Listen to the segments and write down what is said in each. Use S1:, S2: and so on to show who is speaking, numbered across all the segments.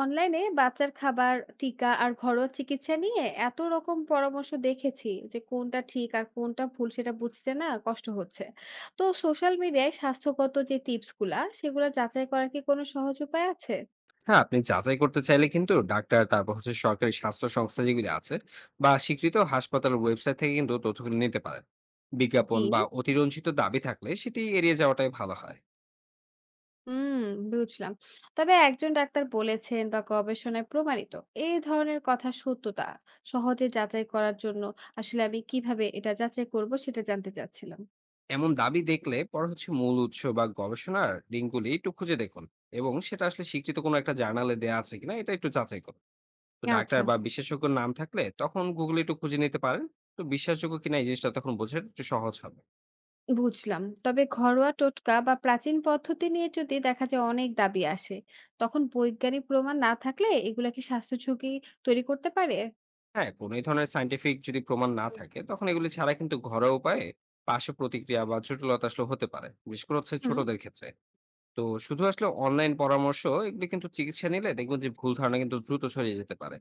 S1: অনলাইনে বাচ্চার খাবার, টিকা আর ঘরোয়া চিকিৎসা নিয়ে এত রকম পরামর্শ দেখেছি যে কোনটা ঠিক আর কোনটা ভুল সেটা বুঝতে না কষ্ট হচ্ছে। তো সোশ্যাল মিডিয়ায় স্বাস্থ্যগত যে টিপস গুলা সেগুলা যাচাই করার কি কোনো সহজ উপায় আছে?
S2: হ্যাঁ, আপনি যাচাই করতে চাইলে কিন্তু ডাক্তার, তারপর হচ্ছে সরকারি স্বাস্থ্য সংস্থা যেগুলি আছে বা স্বীকৃত হাসপাতালের ওয়েবসাইট থেকে কিন্তু তথ্যগুলো নিতে পারেন। বিজ্ঞাপন
S1: জি।
S2: বা অতিরঞ্জিত দাবি থাকলে সেটি এড়িয়ে যাওয়াটাই ভালো হয়।
S1: হুম, বুঝলাম। তবে একজন ডাক্তার বলেছেন বা গবেষণায় প্রমাণিত এই ধরনের কথা সত্যতা সহজে যাচাই করার জন্য আসলে আমি কিভাবে এটা যাচাই করব সেটা জানতে চাচ্ছিলাম।
S2: এমন দাবি দেখলে পরে হচ্ছে মূল উৎস বা গবেষণার লিঙ্কগুলি একটু খুঁজে দেখুন এবং সেটা আসলে স্বীকৃত কোনো একটা জার্নালে দেওয়া আছে কিনা এটা একটু যাচাই করুন। তো ডাক্তার
S1: আচ্ছা।
S2: বা বিশেষজ্ঞের নাম থাকলে তখন গুগলে একটু খুঁজে নিতে পারেন। তো বিশ্বাসযোগ্য কিনা এই জিনিসটা তখন বোঝার একটু সহজ হবে।
S1: বুঝলাম। তবে ঘরোয়া টোটকা বা প্রাচীন পদ্ধতি নিয়ে যদি দেখা যায় অনেক দাবি আসে, তখন বৈজ্ঞানিক প্রমাণ না থাকলে এগুলা কি স্বাস্থ্য ঝুঁকি তৈরি করতে পারে?
S2: হ্যাঁ, কোনো এই ধরনের সায়েন্টিফিক যদি প্রমাণ না থাকে, তখন এগুলি ছাড়া কিন্তু ঘরোয়া উপায়ে পার্শ্ব প্রতিক্রিয়া বা জটিলতা আসলে হতে পারে। বিশেষ করে হচ্ছে
S1: হুম,
S2: ছোটদের ক্ষেত্রে। তো শুধু আসলে অনলাইন পরামর্শ এগুলি কিন্তু চিকিৎসা নিলে দেখবেন যে ভুল ধারণা কিন্তু দ্রুত ছড়িয়ে যেতে পারে।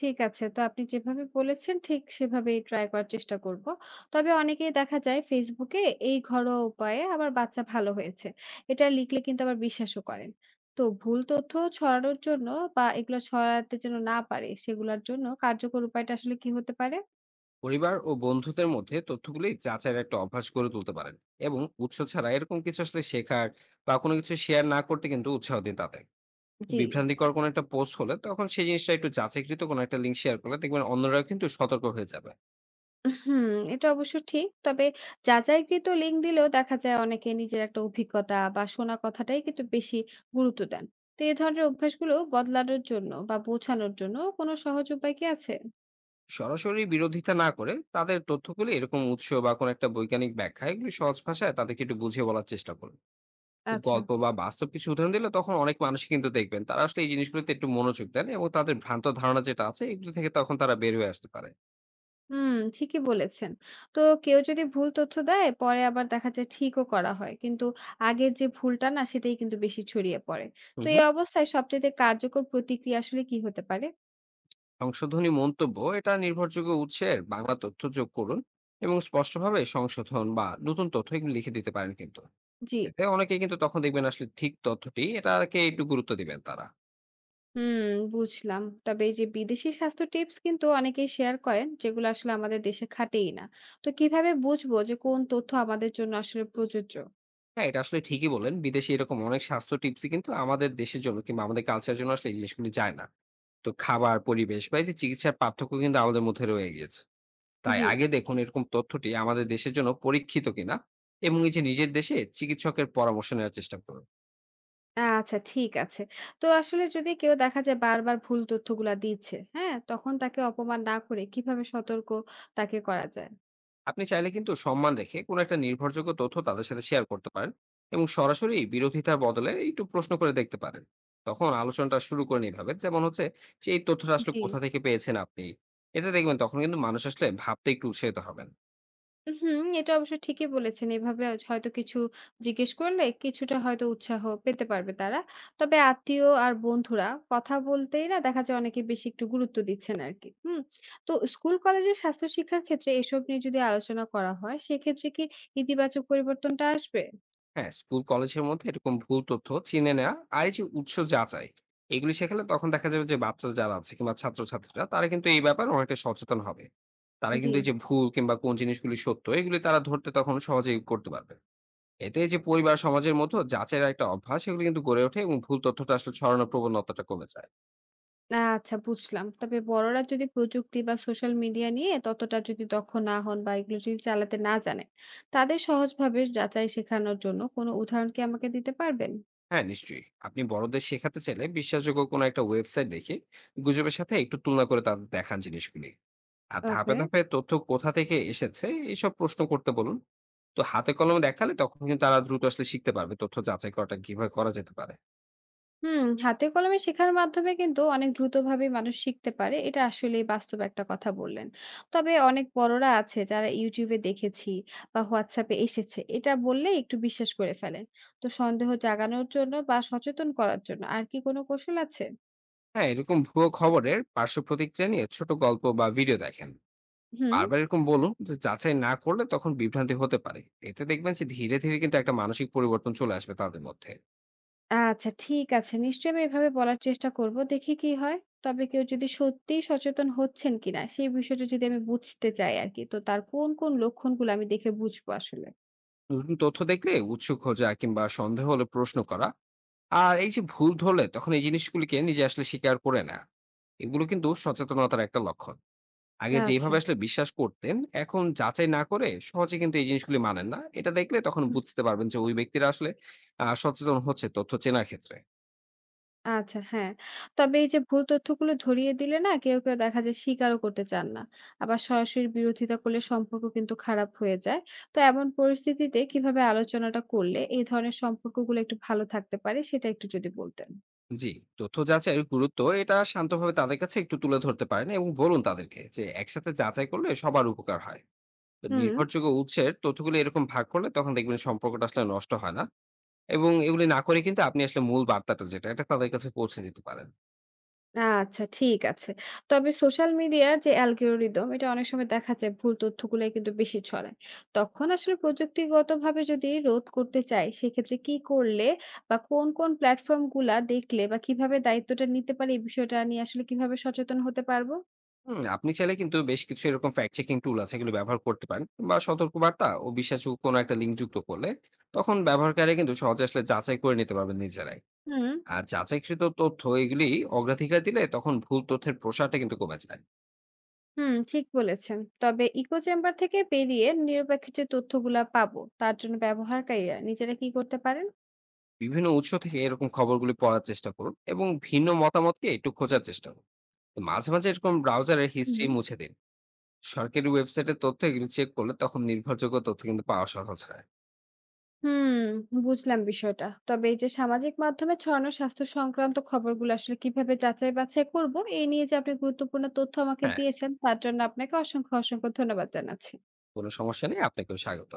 S1: ঠিক আছে। তো আপনি যেভাবে বলেছেন ঠিক সেভাবেই ট্রাই করার চেষ্টা করব। তবে অনেকেই দেখা যায় Facebook এ এই ঘরোয়া উপায়ে আবার বাচ্চা ভালো হয়েছে। এটা লিখলে কিন্তু আবার বিশ্বাসও করেন। তো ভুল তথ্য ছড়ানোর জন্য বা এগুলো ছড়াতে যেন না পারে সেগুলোর জন্য কার্যকর উপায়টা আসলে কি হতে পারে?
S2: পরিবার ও বন্ধুদের মধ্যে তথ্যগুলি যাচাইয়ের একটা অভ্যাস গড়ে তুলতে পারেন এবং উৎস ছাড়া এরকম কিছু আসলে শেখার বা কোনো কিছু শেয়ার না করতে কিন্তু উৎসাহ দিন তাদের।
S1: জি।
S2: বিভ্রান্তিকর কোনো একটা পোস্ট হলে তখন সেই জিনিসটা একটু যাচাইকৃত কোনো একটা লিঙ্ক শেয়ার করলে দেখবেন অন্যরাও কিন্তু সতর্ক হয়ে যাবে।
S1: হুম, এটা অবশ্য ঠিক। তবে যাচাইকৃত লিঙ্ক দিলেও দেখা যায় অনেকে নিজের একটা অভিজ্ঞতা বা শোনা কথাটাই কিন্তু বেশি গুরুত্ব দেন। তো এ ধরনের অভ্যাসগুলো বদলানোর জন্য বা বোঝানোর জন্য কোনো সহজ উপায় কি আছে?
S2: সরাসরি বিরোধিতা না করে তাদের তথ্যগুলি এরকম উৎস বা কোনো একটা বৈজ্ঞানিক ব্যাখ্যা এগুলি সহজ ভাষায় তাদেরকে একটু বুঝিয়ে বলার চেষ্টা করুন। তো
S1: আচ্ছা।
S2: গল্প বা বাস্তব কিছু উদাহরণ দিলে তখন অনেক মানুষ কিন্তু দেখবেন তারা আসলে এই জিনিসগুলিতে একটু মনোযোগ দেন এবং তাদের ভ্রান্ত ধারণা যেটা আছে এগুলো থেকে তখন তারা বের হয়ে আসতে পারে।
S1: হুম, ঠিকই বলেছেন। তো কেউ যদি ভুল তথ্য দেয় পরে আবার দেখা যায় ঠিকও করা হয়। কিন্তু আগের যে ভুলটা না সেটাই কিন্তু বেশি ছড়িয়ে পড়ে।
S2: হুম
S1: তো এই
S2: হুম
S1: অবস্থায় সবচেয়ে কার্যকর প্রতিক্রিয়া আসলে কি হতে পারে?
S2: সংশোধনী মন্তব্য এটা নির্ভরযোগ্য উৎসের বাংলা তথ্য যোগ করুন এবং স্পষ্টভাবে সংশোধন বা নতুন তথ্য এগুলো লিখে দিতে পারেন কিন্তু
S1: জি।
S2: এতে অনেকে কিন্তু তখন দেখবেন আসলে ঠিক তথ্যটি এটাকে একটু গুরুত্ব দিবেন তারা।
S1: হুম, বুঝলাম। তবে এই যে বিদেশি স্বাস্থ্য টিপস কিন্তু অনেকেই শেয়ার করেন, যেগুলো আসলে আমাদের দেশে খাটেই না। তো কিভাবে বুঝবো যে কোন তথ্য আমাদের জন্য আসলে প্রযোজ্য?
S2: হ্যাঁ, এটা আসলে ঠিকই বললেন। বিদেশে এরকম অনেক স্বাস্থ্য টিপসই কিন্তু আমাদের দেশের জন্য কিংবা আমাদের কালচারের জন্য আসলে এই জিনিসগুলি যায় না। তো খাবার, পরিবেশ বা এই যে চিকিৎসার পার্থক্য কিন্তু আমাদের মধ্যে রয়ে গিয়েছে। তাই
S1: জি।
S2: আগে দেখুন এরকম তথ্যটি আমাদের দেশের জন্য পরীক্ষিত কিনা এবং এই যে নিজের দেশে চিকিৎসকের পরামর্শ নেওয়ার চেষ্টা করুন।
S1: আচ্ছা ঠিক আছে। তো আসলে যদি কেউ দেখা যায় বারবার ভুল তথ্যগুলা দিচ্ছে, হ্যাঁ? তখন তাকে অপমান না করে কিভাবে সতর্ক তাকে করা যায়?
S2: আপনি চাইলে কিন্তু সম্মান রেখে কোনো একটা নির্ভরযোগ্য তথ্য তাদের সাথে শেয়ার করতে পারেন এবং সরাসরি বিরোধিতার বদলে একটু প্রশ্ন করে দেখতে পারেন। তখন আলোচনাটা শুরু করেন এইভাবে, যেমন হচ্ছে যে এই তথ্যটা আসলে
S1: জি।
S2: কোথা থেকে পেয়েছেন আপনি। এটা দেখবেন তখন কিন্তু মানুষ আসলে ভাবতে একটু উৎসাহিত হবেন।
S1: হুম, এটা অবশ্য ঠিকই বলেছেন। এভাবে আজ হয়তো কিছু জিজ্ঞেস করলে কিছুটা হয়তো উৎসাহ পেতে পারবে তারা। তবে আত্মীয় আর বন্ধুরা কথা বলতেই না দেখা যায় অনেকে বেশি একটু গুরুত্ব দিচ্ছেন আরকি। হুম? তো স্কুল কলেজের স্বাস্থ্য শিক্ষার ক্ষেত্রে এসব নিয়ে যদি আলোচনা করা হয় সেক্ষেত্রে কি ইতিবাচক পরিবর্তনটা আসবে?
S2: হ্যাঁ, স্কুল কলেজের মধ্যে এরকম ভুল তথ্য চিনে নেওয়া আর এই যে উৎস যাচাই এগুলি শেখালে তখন দেখা যাবে যে বাচ্চা যারা আছে কিংবা ছাত্রছাত্রীরা তারা কিন্তু এই ব্যাপারে অনেকটা সচেতন হবে। তারা
S1: জি।
S2: কিন্তু এই যে ভুল কিংবা কোন জিনিসগুলি সত্য এগুলি তারা ধরতে তখন সহজেই করতে পারবে। এতে এই যে পরিবার সমাজের মতো যাচের একটা অভ্যাস এগুলো কিন্তু গড়ে ওঠে এবং ভুল তথ্যটা আসলে ছড়ানোর প্রবণতাটা কমে যায়।
S1: আচ্ছা বুঝলাম। তবে বড়রা যদি প্রযুক্তি বা সোশ্যাল মিডিয়া নিয়ে ততটা যদি দক্ষ না হন বা এগুলো যদি চালাতে না জানেন, তাদের সহজভাবে যাচাই শেখানোর জন্য কোনো উদাহরণ কি আমাকে দিতে পারবেন?
S2: হ্যাঁ নিশ্চয়ই, আপনি বড়দের শেখাতে চাইলে বিশ্বাসযোগ্য কোনো একটা ওয়েবসাইট দেখে গুজবের সাথে একটু তুলনা করে তাদের দেখান জিনিসগুলি, আর ধাপে
S1: ওকে।
S2: ধাপে তথ্য কোথা থেকে এসেছে এইসব প্রশ্ন করতে বলুন। তো হাতে কলমে দেখালে তখন কিন্তু তারা দ্রুত আসলে শিখতে পারবে তথ্য যাচাই করাটা কিভাবে করা যেতে পারে।
S1: হুম, হাতে কলমে শেখার মাধ্যমে কিন্তু অনেক দ্রুতভাবেই মানুষ শিখতে পারে। এটা আসলেই বাস্তব একটা কথা বললেন। তবে অনেক বড়রা আছে যারা YouTube এ দেখেছি বা WhatsApp এ এসেছে এটা বললেই একটু বিশ্বাস করে ফেলেন। তো সন্দেহ জাগানোর জন্য বা সচেতন করার জন্য আর কি কোনো কৌশল আছে?
S2: হ্যাঁ, এরকম ভুয়ো খবরের পার্শ্ব প্রতিক্রিয়া নিয়ে ছোট গল্প বা ভিডিও দেখেন।
S1: হুম।
S2: বারবার এরকম বলুন যে যাচাই না করলে তখন বিভ্রান্তি হতে পারে। এতে দেখবেন যে ধীরে ধীরে কিন্তু একটা মানসিক পরিবর্তন চলে আসবে তাদের মধ্যে।
S1: আচ্ছা ঠিক আছে। নিশ্চয়ই আমি এভাবে বলার চেষ্টা করব। দেখি কি হয়। তবে কেউ যদি সত্যিই সচেতন হচ্ছেন কিনা সেই বিষয়টা যদি আমি বুঝতে চাই আরকি। তো তার কোন লক্ষণগুলো আমি দেখে বুঝবো আসলে?
S2: নতুন তথ্য দেখলে উৎসুক খোঁজা কিংবা সন্দেহ হলে প্রশ্ন করা আর এই যে ভুল ধরলে তখন এই জিনিসগুলিকে নিজে আসলে স্বীকার করে না, এগুলো কিন্তু সচেতনতার একটা লক্ষণ। আগে
S1: আচ্ছা।
S2: যেভাবে আসলে বিশ্বাস করতেন, এখন যাচাই না করে সহজে কিন্তু এই জিনিসগুলি মানেন না, এটা দেখলে তখন বুঝতে পারবেন যে ওই ব্যক্তিরা আসলে সচেতন হচ্ছে তথ্য চেনার ক্ষেত্রে।
S1: আচ্ছা, হ্যাঁ। তবে এই যে ভুল তথ্যগুলো ধরিয়ে দিলে না কেউ দেখা যায় স্বীকারও করতে চান না। আবার সরাসরি বিরোধিতা করলে সম্পর্ক কিন্তু খারাপ হয়ে যায়। তো এমন পরিস্থিতিতে কিভাবে আলোচনাটা করলে এই ধরনের সম্পর্কগুলো একটু ভালো থাকতে পারে সেটা একটু যদি বলতেন?
S2: জি, তথ্য যাচাইয়ের গুরুত্ব এটা শান্তভাবে তাদের কাছে একটু তুলে ধরতে পারেন এবং বলুন তাদেরকে যে একসাথে যাচাই করলে সবার উপকার হয়। তো
S1: হুম।
S2: নির্ভরযোগ্য উৎসের তথ্যগুলো এরকম ভাগ করলে তখন দেখবেন সম্পর্কটা আসলে নষ্ট হয় না এবং এগুলি না করে কিন্তু আপনি আসলে মূল বার্তাটা যেটা এটা তাদের কাছে পৌঁছে দিতে পারেন।
S1: আচ্ছা ঠিক আছে। তবে সোশ্যাল মিডিয়ার যে অ্যালগরিদম এটা অনেক সময় দেখা যায় ভুল তথ্যগুলাই কিন্তু বেশি ছড়ায়। তখন আসলে প্রযুক্তিগতভাবে যদি রোধ করতে চাই সেক্ষেত্রে কি করলে বা কোন প্ল্যাটফর্ম গুলা দেখলে বা কিভাবে দায়িত্বটা নিতে পারি এই বিষয়টা নিয়ে আসলে কিভাবে সচেতন হতে পারবো?
S2: হুম, আপনি চাইলে কিন্তু বেশ কিছু এরকম ফ্যাক্ট চেকিং টুল আছে এগুলো ব্যবহার করতে পারেন বা সতর্কবার্তা ও বিশ্বাসযোগ্য কোনো একটা লিঙ্ক যুক্ত করলে তখন ব্যবহারকারী কিন্তু সহজে আসলে যাচাই করে নিতে পারবেন নিজেরাই।
S1: হুম,
S2: আর যাচাইকৃত তথ্য এগুলি অগ্রাধিকার দিলে তখন ভুল তথ্যের প্রসারটা কিন্তু কমে যায়।
S1: হুম, ঠিক বলেছেন। তবে ইকো চেম্বার থেকে বেরিয়ে নিরপেক্ষ যে তথ্যগুলা পাবো তার জন্য ব্যবহারকারীরা নিজেরা কি করতে পারেন?
S2: বিভিন্ন উৎস থেকে এরকম খবরগুলি পড়ার চেষ্টা করুন এবং ভিন্ন মতামতকে একটু খোঁজার চেষ্টা করুন। তো মাঝে মাঝে এরকম ব্রাউজারের
S1: হুম।
S2: হিস্ট্রি মুছে দিন। সরকারি ওয়েবসাইটের তথ্য এগুলি চেক করলে তখন নির্ভরযোগ্য তথ্য কিন্তু পাওয়া সহজ হয়।
S1: হুম, বুঝলাম বিষয়টা। তবে এই যে সামাজিক মাধ্যমে ছড়ানো স্বাস্থ্য সংক্রান্ত খবরগুলো আসলে কিভাবে যাচাই বাছাই করব, এই নিয়ে যে আপনি গুরুত্বপূর্ণ তথ্য আমাকে
S2: হ্যাঁ,
S1: দিয়েছেন, তার জন্য আপনাকে অসংখ্য ধন্যবাদ জানাচ্ছি।
S2: কোনো সমস্যা নেই, আপনাকেও স্বাগত।